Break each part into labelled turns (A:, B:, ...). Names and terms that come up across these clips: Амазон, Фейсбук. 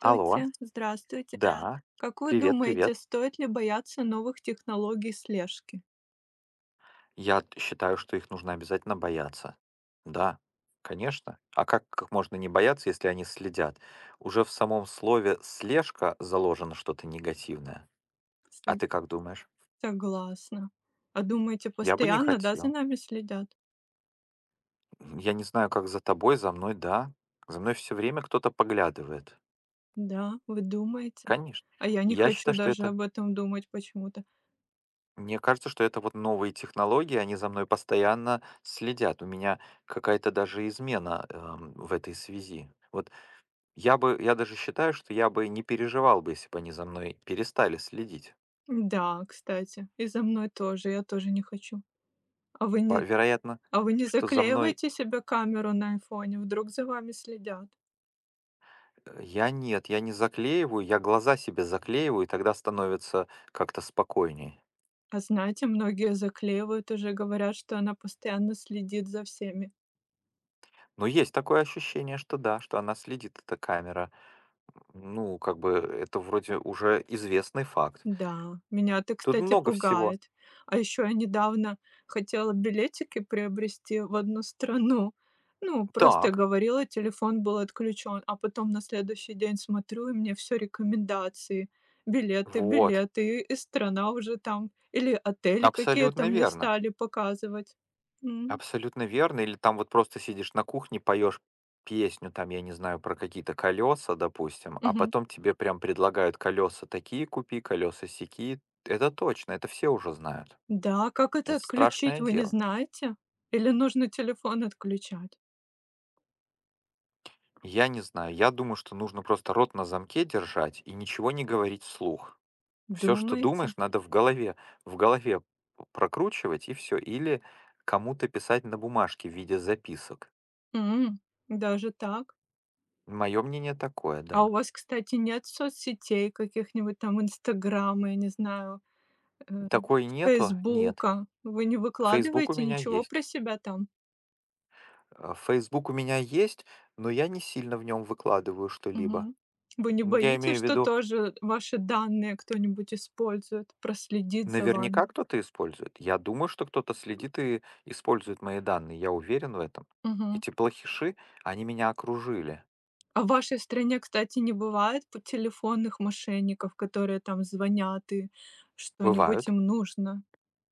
A: Алло.
B: здравствуйте.
A: Да, да,
B: Как вы
A: привет, привет.
B: думаете, стоит ли бояться новых технологий слежки?
A: Считаю, что их нужно обязательно бояться. Да, конечно. А как их можно не бояться, если они следят? Уже в самом слове «слежка» заложено что-то негативное. А
B: Сог-
A: ты как думаешь?
B: Согласна. А думаете,
A: Я бы не
B: постоянно, да, за
A: хотел.
B: нами следят?
A: Я не знаю, как за тобой, за мной, да. За мной все время кто-то поглядывает.
B: Да, вы думаете?
A: Конечно.
B: А я не
A: И я
B: хочу
A: считаю, что
B: даже
A: это...
B: об этом думать почему-то.
A: Мне кажется, что это вот новые технологии, они за мной постоянно следят. У меня какая-то даже измена, в этой связи. Вот я даже считаю, что я бы не переживал бы, если бы они за мной перестали следить.
B: Да, кстати, и за мной тоже, я тоже не хочу. А вы
A: По
B: не,
A: вероятно,
B: а вы не
A: что за мной...
B: заклеиваете себе камеру на айфоне, вдруг за вами следят?
A: я нет, я не заклеиваю, я глаза себе заклеиваю, и тогда становится как-то спокойнее.
B: А знаете, многие заклеивают уже, говорят, что она постоянно следит за всеми.
A: Но есть такое ощущение, что да, что она следит, эта камера. Ну, как бы это вроде уже известный факт.
B: Да, меня это,
A: Тут
B: кстати,
A: много всего.
B: пугает. А еще я недавно хотела билетики приобрести в одну страну. Ну, просто
A: Так.
B: говорила, телефон был отключен, а потом на следующий день смотрю, и мне все рекомендации. Билеты,
A: Вот,
B: билеты, и страна уже там. Или отели какие-то
A: абсолютно
B: мне
A: верно.
B: стали показывать. М,
A: Абсолютно верно. Или там вот просто сидишь на кухне, поешь песню, там, я не знаю, про какие-то колеса, допустим, а
B: мгм.
A: потом тебе прям предлагают колеса такие купи, колеса сякие. Это точно, это все уже знают.
B: Да, как это
A: Это
B: отключить,
A: страшное
B: вы не
A: дело.
B: знаете? Или нужно телефон отключать?
A: Я не знаю, я думаю, что нужно просто рот на замке держать и ничего не говорить вслух. Все, что
B: Думаете?
A: думаешь, надо в голове прокручивать и все. Или кому-то писать на бумажке в виде записок.
B: М, даже так?
A: Мое мнение такое,
B: А у
A: да.
B: вас, кстати, нет соцсетей каких-нибудь там, "Инстаграма", я не знаю, э,
A: Такой нету? Нет.
B: "Фейсбука"? Вы не
A: «Фейсбук» у
B: выкладываете
A: меня
B: ничего про
A: есть.
B: себя там?
A: «Фейсбук» у меня есть, но я не сильно в нем выкладываю что-либо.
B: Мгм. Вы не
A: Я
B: боитесь,
A: имею в
B: что
A: виду,
B: тоже ваши данные кто-нибудь использует, проследит за вами?
A: наверняка кто-то использует. Я думаю, что кто-то следит и использует мои данные. Я уверен в этом.
B: Мгм.
A: Эти плохиши, они меня окружили.
B: А в вашей стране, кстати, не бывает п телефонных мошенников, которые там звонят и что-нибудь
A: Бывают.
B: им нужно?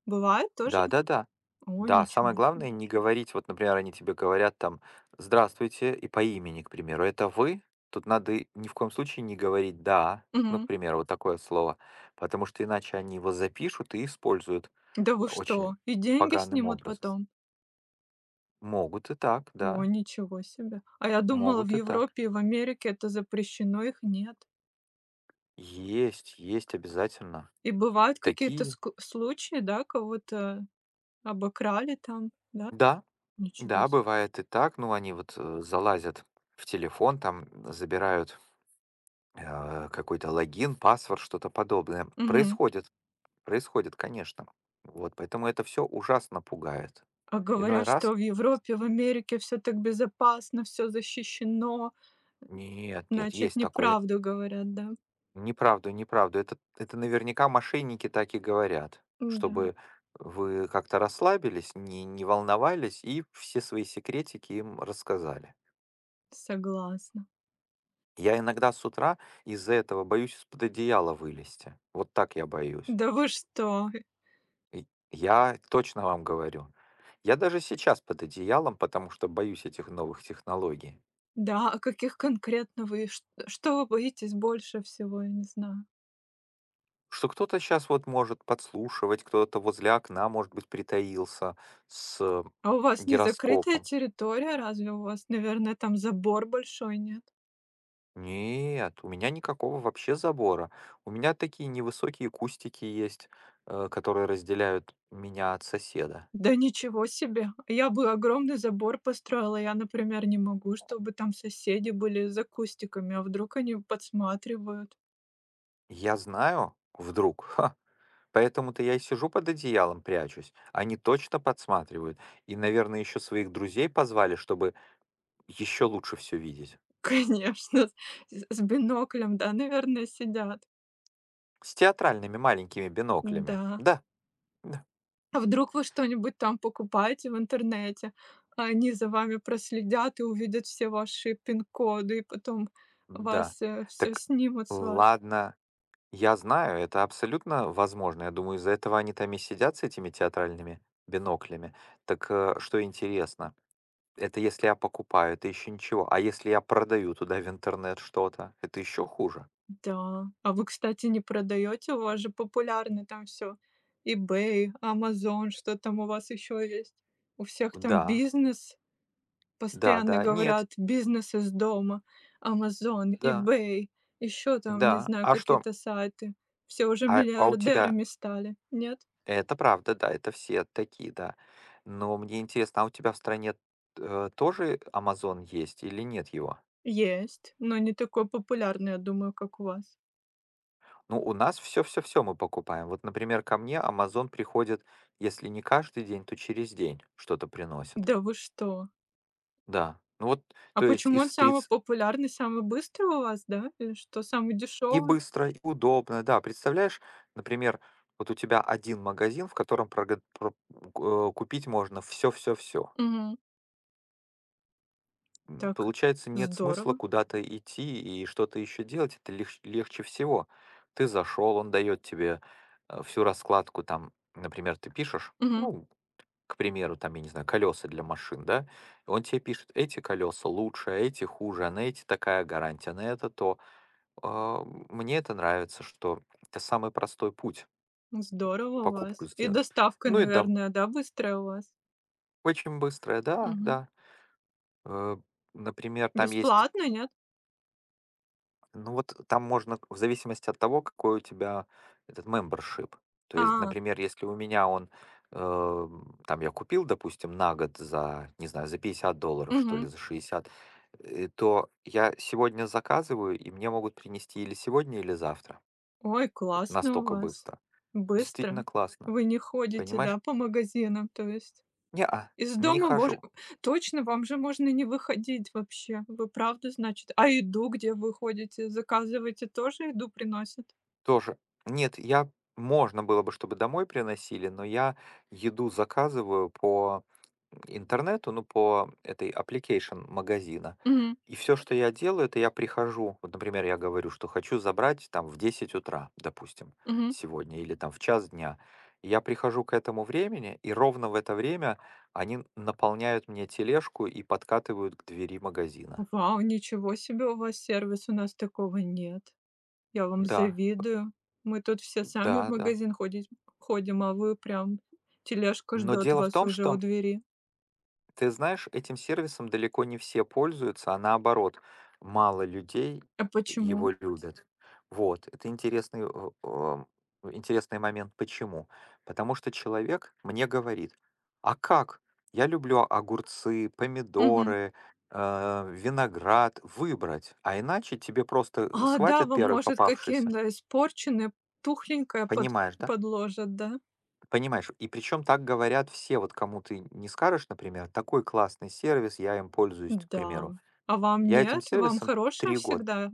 B: Бывает тоже?
A: Да-да-да.
B: О,
A: Да,
B: ничего
A: самое
B: себе.
A: главное не говорить, вот, например, они тебе говорят там: «Здравствуйте», и по имени, к примеру. «Это вы?» Тут надо и ни в коем случае не говорить «да», ну, к
B: Мгм.
A: примеру, вот такое вот слово, потому что иначе они его запишут и используют
B: Да вы
A: очень
B: что? И деньги
A: поганым
B: снимут
A: образом.
B: потом?
A: Могут и так,
B: О,
A: да,
B: ничего себе. А я думала, в
A: могут и так.
B: Европе и в Америке это запрещено, их нет.
A: Есть, есть обязательно.
B: И бывают какие-то
A: Такие...
B: ск случаи, да, кого-то обокрали там, да?
A: Да,
B: Ничего
A: да,
B: себе.
A: бывает и так. Ну, они вот, залазят в телефон, там забирают какой-то логин, паспорт, что-то подобное.
B: Мгм.
A: Происходит, происходит, конечно. Вот, поэтому это все ужасно пугает.
B: А
A: Иной
B: говорят,
A: раз,
B: что в Европе, в Америке все так безопасно, все защищено.
A: нет, нет,
B: Значит,
A: есть такое.
B: неправду говорят, да?
A: Неправду, неправду. Это наверняка мошенники так и говорят,
B: Да,
A: чтобы вы как-то расслабились, не волновались и все свои секретики им рассказали.
B: согласна.
A: Я иногда с утра из-за этого боюсь из-под одеяла вылезти. Вот так я боюсь.
B: Да вы что?
A: И я точно вам говорю. Я даже сейчас под одеялом, потому что боюсь этих новых технологий.
B: Да, а каких конкретно вы, чт что вы боитесь больше всего? Я не знаю.
A: Что кто-то сейчас вот может подслушивать, кто-то возле окна, может быть, притаился с
B: А у вас не закрытая
A: гироскопом.
B: территория? Разве у вас, наверное, там забор большой, нет?
A: Нет, у меня никакого вообще забора. У меня такие невысокие кустики есть, которые разделяют меня от соседа.
B: Да ничего себе! Я бы огромный забор построила. Я, например, не могу, чтобы там соседи были за кустиками, а вдруг они подсматривают.
A: Я знаю, вдруг, ха, поэтому-то я и сижу под одеялом, прячусь. Они точно подсматривают. И, наверное, еще своих друзей позвали, чтобы еще лучше все видеть.
B: Конечно, с биноклем, да, наверное, сидят.
A: С театральными маленькими биноклями.
B: Да.
A: Да, да,
B: А вдруг вы что-нибудь там покупаете в интернете, а они за вами проследят и увидят все ваши пин-коды, и потом
A: да.
B: вас, все
A: Так,
B: снимут с вас.
A: ладно, я знаю, это абсолютно возможно. Я думаю, из-за этого они там и сидят с этими театральными биноклями. Так, что интересно, это если я покупаю, это еще ничего. А если я продаю туда в интернет что-то, это еще хуже.
B: Да. А вы, кстати, не продаете? У вас же популярно там все eBay, "Амазон", что там у вас еще есть? У всех там
A: Да,
B: бизнес. Постоянно
A: да-да, нет,
B: говорят: "Бизнес из дома". "Амазон",
A: да,
B: "eBay", еще там, не
A: да.
B: знаю,
A: А что?
B: какие-то сайты. Все уже
A: А у тебя
B: миллиардерами стали. Нет?
A: это правда, да, это все такие, да. Но мне интересно, а у тебя в стране, тоже «Амазон» есть или нет его?
B: Есть, но не такой популярный, я думаю, как у вас.
A: Ну, у нас все, все, все мы покупаем. Вот, например, ко мне «Амазон» приходит, если не каждый день, то через день что-то приносит.
B: Да вы что?
A: Да. Ну вот,
B: А
A: то есть
B: почему он
A: из
B: самый
A: триц
B: популярный, самый быстрый у вас, да? Или что, самый
A: и
B: дешевый?
A: быстро, и удобно. Да, представляешь, например, вот у тебя один магазин, в котором прога про купить можно все, все, все,
B: Так
A: получается, нет смысла
B: здорово.
A: куда-то идти и что-то еще делать. Это легче всего. Ты зашел, он дает тебе, всю раскладку. Там, например, ты пишешь,
B: Мгм.
A: ну, к примеру, там, я не знаю, колеса для машин, да. Он тебе пишет: «Эти колеса лучше, а эти хуже, а на эти такая гарантия, а на это то». А, мне это нравится, что это самый простой путь
B: Здорово у
A: покупку
B: вас. И
A: сделать.
B: доставка,
A: Ну и дом...
B: наверное, да, быстрая у вас?
A: очень быстрая, да,
B: Мгм.
A: да. Э, например, там есть,
B: Бесплатно, нет?
A: ну вот там можно в зависимости от того, какой у тебя этот мембершип. То есть,
B: А,
A: например, если у меня он, э, там я купил, допустим, на год за, не знаю, за $50, что
B: мгм.
A: ли, за 60, то я сегодня заказываю, и мне могут принести или сегодня, или завтра.
B: Ой,
A: Вот
B: классно у
A: настолько
B: вас.
A: быстро.
B: Быстро.
A: Действительно классно.
B: Вы не ходите, да,
A: Понимаешь?
B: по магазинам, то есть?
A: Не, а
B: Из
A: не
B: дома вож
A: хожу.
B: точно, вам же можно не выходить вообще. Вы правда, значит? А еду, где вы ходите, заказываете, тоже еду приносят?
A: Тоже. Нет, я... можно было бы, чтобы домой приносили, но я еду заказываю по интернету, ну, по этой application магазина.
B: Мгм.
A: И все, что я делаю, это я прихожу, вот, например, я говорю, что хочу забрать там в 10 утра, допустим,
B: Мгм.
A: сегодня, или там в час дня. Я прихожу к этому времени, и ровно в это время они наполняют мне тележку и подкатывают к двери магазина.
B: Вау, ничего себе у вас сервис, у нас такого нет. Я вам
A: Да,
B: завидую. Мы тут все сами в
A: да, да.
B: магазин ходить ходим, а вы прям тележка
A: Но
B: ждет
A: дело в
B: вас
A: том,
B: уже у
A: что...
B: двери.
A: Ты знаешь, этим сервисом далеко не все пользуются, а наоборот, мало людей
B: А почему?
A: его любят. Вот, это интересный, интересный момент. Почему? Потому что человек мне говорит, а как? Я люблю огурцы,
B: Мгм.
A: помидоры, виноград выбрать, а иначе тебе просто
B: А, да,
A: схватят
B: вам,
A: первый
B: может,
A: попавшийся.
B: какие-то испорченные, тухленькое
A: Понимаешь, да?
B: подложат, да?
A: Понимаешь, и причем так говорят все, вот кому ты не скажешь, например, такой классный сервис, я им пользуюсь, к
B: Да.
A: примеру.
B: А вам
A: Я этим
B: нет? Вам
A: сервисом
B: хорошее
A: 3 года.
B: всегда?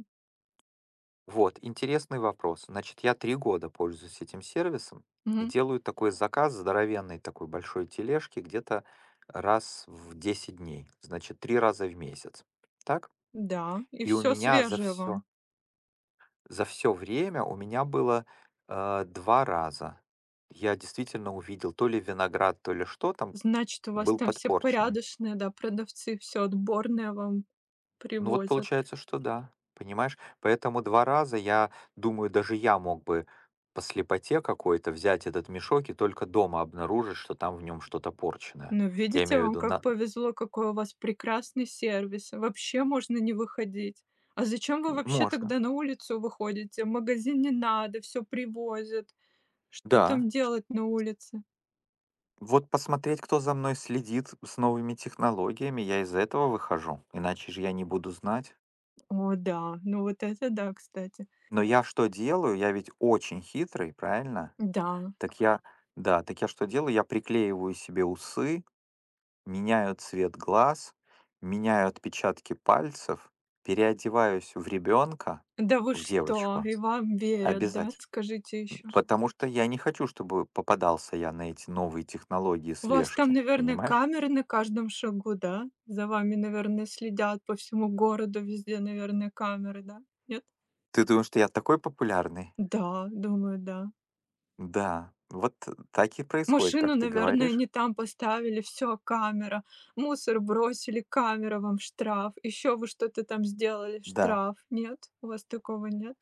A: Вот, интересный вопрос. Значит, я 3 года пользуюсь этим сервисом и
B: Мгм.
A: делаю такой заказ здоровенной такой большой тележки где-то раз в 10 дней. Значит, 3 раза в месяц. Так?
B: Да, и
A: И у
B: все
A: меня за
B: свежее вам.
A: все, за все время у меня было 2 раза. Я действительно увидел то ли виноград, то ли что там
B: Значит, у вас
A: был
B: там все
A: подпорченный.
B: порядочные, да, продавцы, все отборное вам
A: Ну вот
B: привозят.
A: получается, что да, понимаешь? Поэтому 2 раза, я думаю, даже я мог бы по слепоте какой-то взять этот мешок и только дома обнаружить, что там в нем что-то порченное.
B: Ну,
A: Я
B: видите,
A: имею в
B: вам
A: виду
B: как
A: на...
B: повезло, какой у вас прекрасный сервис. Вообще можно не выходить. А зачем вы вообще
A: Можно.
B: тогда на улицу выходите? В магазин не надо, все привозят. Что там
A: Да.
B: делать на улице?
A: Вот посмотреть, кто за мной следит с новыми технологиями, я из этого выхожу, иначе же я не буду знать.
B: О, да, ну вот это да, кстати.
A: Но я что делаю? Я ведь очень хитрый, правильно?
B: Да.
A: Так я да, так я что делаю? Я приклеиваю себе усы, меняю цвет глаз, меняю отпечатки пальцев, переодеваюсь в ребенка,
B: Да вы
A: в
B: что?
A: девочку.
B: И вам верят, да?
A: Обязательно.
B: Скажите еще.
A: Потому что я не хочу, чтобы попадался я на эти новые технологии
B: У вас там,
A: слежки.
B: наверное,
A: Понимаешь?
B: камеры на каждом шагу, да? За вами, наверное, следят по всему городу, везде, наверное, камеры, да? Нет?
A: Ты думаешь, что я такой популярный?
B: Да, думаю, да.
A: Да. Вот так и происходит,
B: Машину,
A: как ты
B: наверное, не
A: говоришь.
B: там поставили, все, камера. Мусор бросили, камера вам, штраф. Еще вы что-то там сделали,
A: Да.
B: штраф. Нет? У вас такого нет?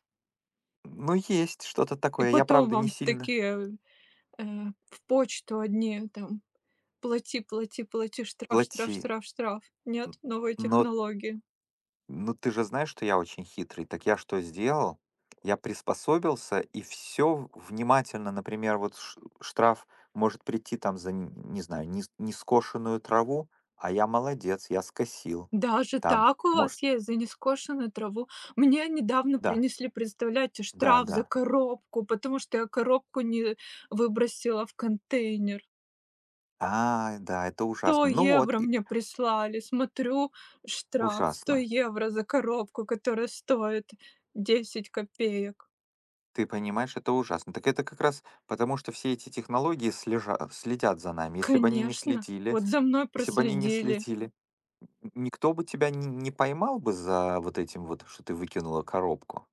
A: Ну, есть что-то
B: И
A: такое. Я,
B: потом
A: правда, не
B: вам
A: сильно...
B: такие, э, в почту одни там: "Плати, плати, плати, штраф, штраф,
A: плати.
B: штраф, штраф". Нет? Новые
A: Но...
B: технологии.
A: Ну, ты же знаешь, что я очень хитрый. Так я что сделал? Я приспособился и все внимательно, например, вот штраф может прийти там за, не знаю, не скошенную траву, а я молодец, я скосил.
B: Даже
A: Там,
B: так у
A: может,
B: вас есть за нескошенную траву? Мне недавно
A: да,
B: принесли, представляете,
A: да,
B: штраф за
A: да.
B: коробку, потому что я коробку не выбросила в контейнер.
A: А, да, это
B: 100
A: ужасно. Ну вот,
B: евро
A: и...
B: мне прислали. Смотрю, штраф 100
A: ужасно.
B: евро за коробку, которая стоит 10 копеек.
A: Ты понимаешь, это ужасно. Так это как раз потому, что все эти технологии следят за нами. Если бы они не
B: Конечно,
A: следили,
B: вот за мной
A: если бы они не
B: проследили,
A: следили, никто бы тебя не поймал бы за вот этим вот, что ты выкинула коробку,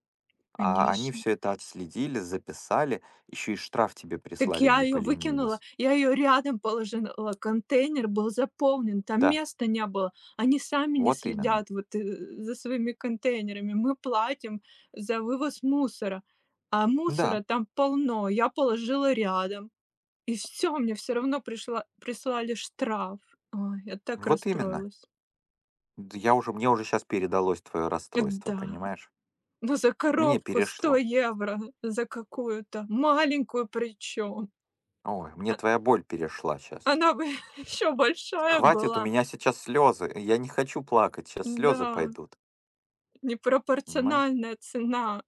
A: а они
B: конечно.
A: все это отследили, записали, еще и штраф тебе
B: Так
A: прислали,
B: я
A: не
B: ее выкинула,
A: поленились.
B: я ее рядом положила, контейнер был заполнен, там
A: Да,
B: места не было. Они сами не
A: вот именно.
B: следят вот, за своими контейнерами. Мы платим за вывоз мусора, а
A: Да,
B: мусора там полно. Я положила рядом. И все, мне все равно пришла прислали штраф. Ой, я так
A: вот именно.
B: расстроилась.
A: Д Я уже... мне уже сейчас передалось твое расстройство,
B: Да,
A: понимаешь?
B: ну за
A: Мне
B: коробку 100
A: перешло.
B: евро, за какую-то маленькую причем.
A: Ой, мне
B: А
A: твоя боль перешла сейчас.
B: она бы еще большая
A: Хватит, у
B: была.
A: меня сейчас слезы, я не хочу плакать, сейчас
B: Да,
A: слезы пойдут, понимаешь?
B: непропорциональная цена.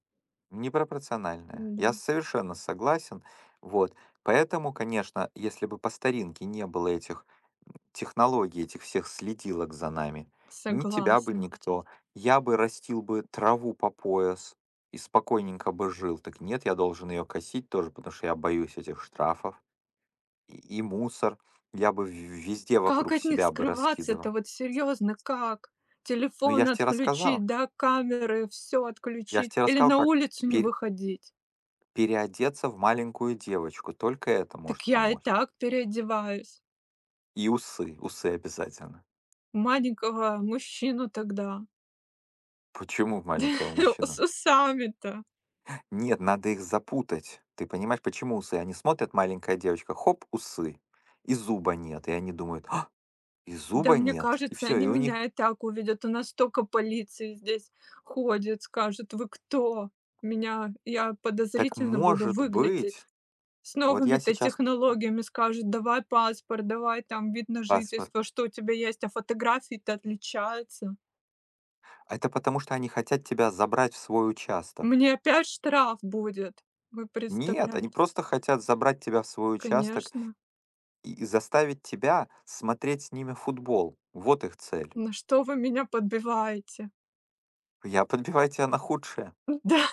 A: Непропорциональная.
B: Да,
A: Я совершенно согласен. Вот. Поэтому, конечно, если бы по старинке не было этих технологий, этих всех следилок за нами, ни тебя бы
B: согласна.
A: никто... Я бы растил бы траву по пояс и спокойненько бы жил. Так нет, я должен ее косить тоже, потому что я боюсь этих штрафов. И мусор я бы везде
B: Как
A: вокруг
B: от них
A: себя бы раскидывал.
B: скрываться-то, вот серьезно, как?
A: Ну, я
B: Телефон
A: же тебе
B: отключить,
A: рассказал.
B: да, камеры, все
A: Я же
B: отключить
A: тебе
B: или
A: рассказал,
B: на
A: как
B: улицу не
A: пер-
B: выходить?
A: переодеться в маленькую девочку. Только это
B: Так
A: может
B: я и
A: помочь.
B: так переодеваюсь.
A: И усы, усы обязательно.
B: Маленького мужчину тогда
A: Почему маленького
B: с
A: мужчину?
B: усами-то.
A: Нет, надо их запутать. Ты понимаешь, почему усы? Они смотрят, маленькая девочка, хоп, усы. И зуба нет. И они думают, а, и
B: Да
A: зуба
B: мне
A: нет. И
B: кажется,
A: все,
B: они
A: и у них
B: меня и так увидят. У нас столько полиции здесь ходит, скажет: "Вы кто?" Меня я
A: так
B: подозрительно буду
A: может
B: выглядеть.
A: быть.
B: С
A: Вот я
B: новыми-то
A: сейчас п-
B: технологиями скажут: "Давай паспорт, давай там вид на
A: паспорт.
B: жительство, что у тебя есть, а фотографии-то отличаются".
A: А это потому, что они хотят тебя забрать в свой участок.
B: Мне опять штраф будет. Вы
A: Нет, они
B: представляете?
A: просто хотят забрать тебя в свой участок
B: Конечно.
A: и заставить тебя смотреть с ними футбол. Вот их цель.
B: Ну что вы меня подбиваете?
A: Я подбиваю тебя на худшее.
B: Да,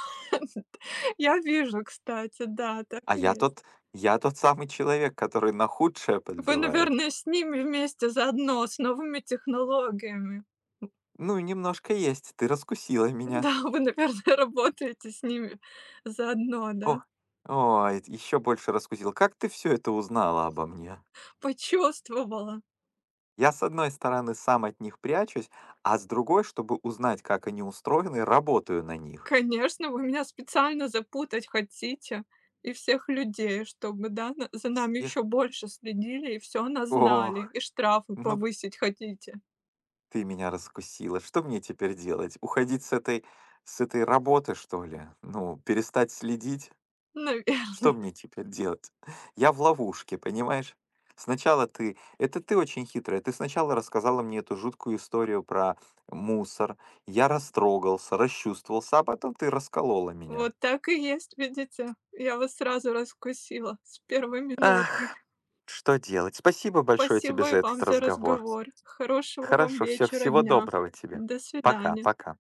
B: я вижу, кстати, да,
A: А
B: так и
A: я
B: есть.
A: тот я тот самый человек, который на худшее
B: Вы,
A: подбивает.
B: наверное, с ними вместе заодно, с новыми технологиями.
A: Ну, немножко есть, ты раскусила меня.
B: Да, вы, наверное, работаете с ними заодно, да?
A: О, ой, еще больше раскусил. Как ты все это узнала обо мне?
B: Почувствовала.
A: Я, с одной стороны, сам от них прячусь, а с другой, чтобы узнать, как они устроены, работаю на них.
B: Конечно, вы меня специально запутать хотите и всех людей, чтобы, да, на за нами еще
A: Всех...
B: больше следили и все назнали,
A: Ох,
B: и штрафы
A: ну
B: повысить хотите.
A: ты меня раскусила. Что мне теперь делать? Уходить с этой работы, что ли? Ну, перестать следить?
B: Наве
A: Что мне теперь делать? Я в ловушке, понимаешь? Сначала ты... Это ты очень хитрая. Ты сначала рассказала мне эту жуткую историю про мусор. Я растрогался, расчувствовался, а потом ты расколола меня.
B: Вот так и есть, видите? Я вас сразу раскусила с первой минуты.
A: Ах, что делать? Спасибо большое тебе
B: Спасибо
A: за
B: и
A: этот
B: вам за
A: разговор.
B: разговор. Хорошего вам
A: Хорошо, все,
B: вечера,
A: всего
B: дня.
A: доброго тебе.
B: До
A: Пока,
B: свидания.
A: пока.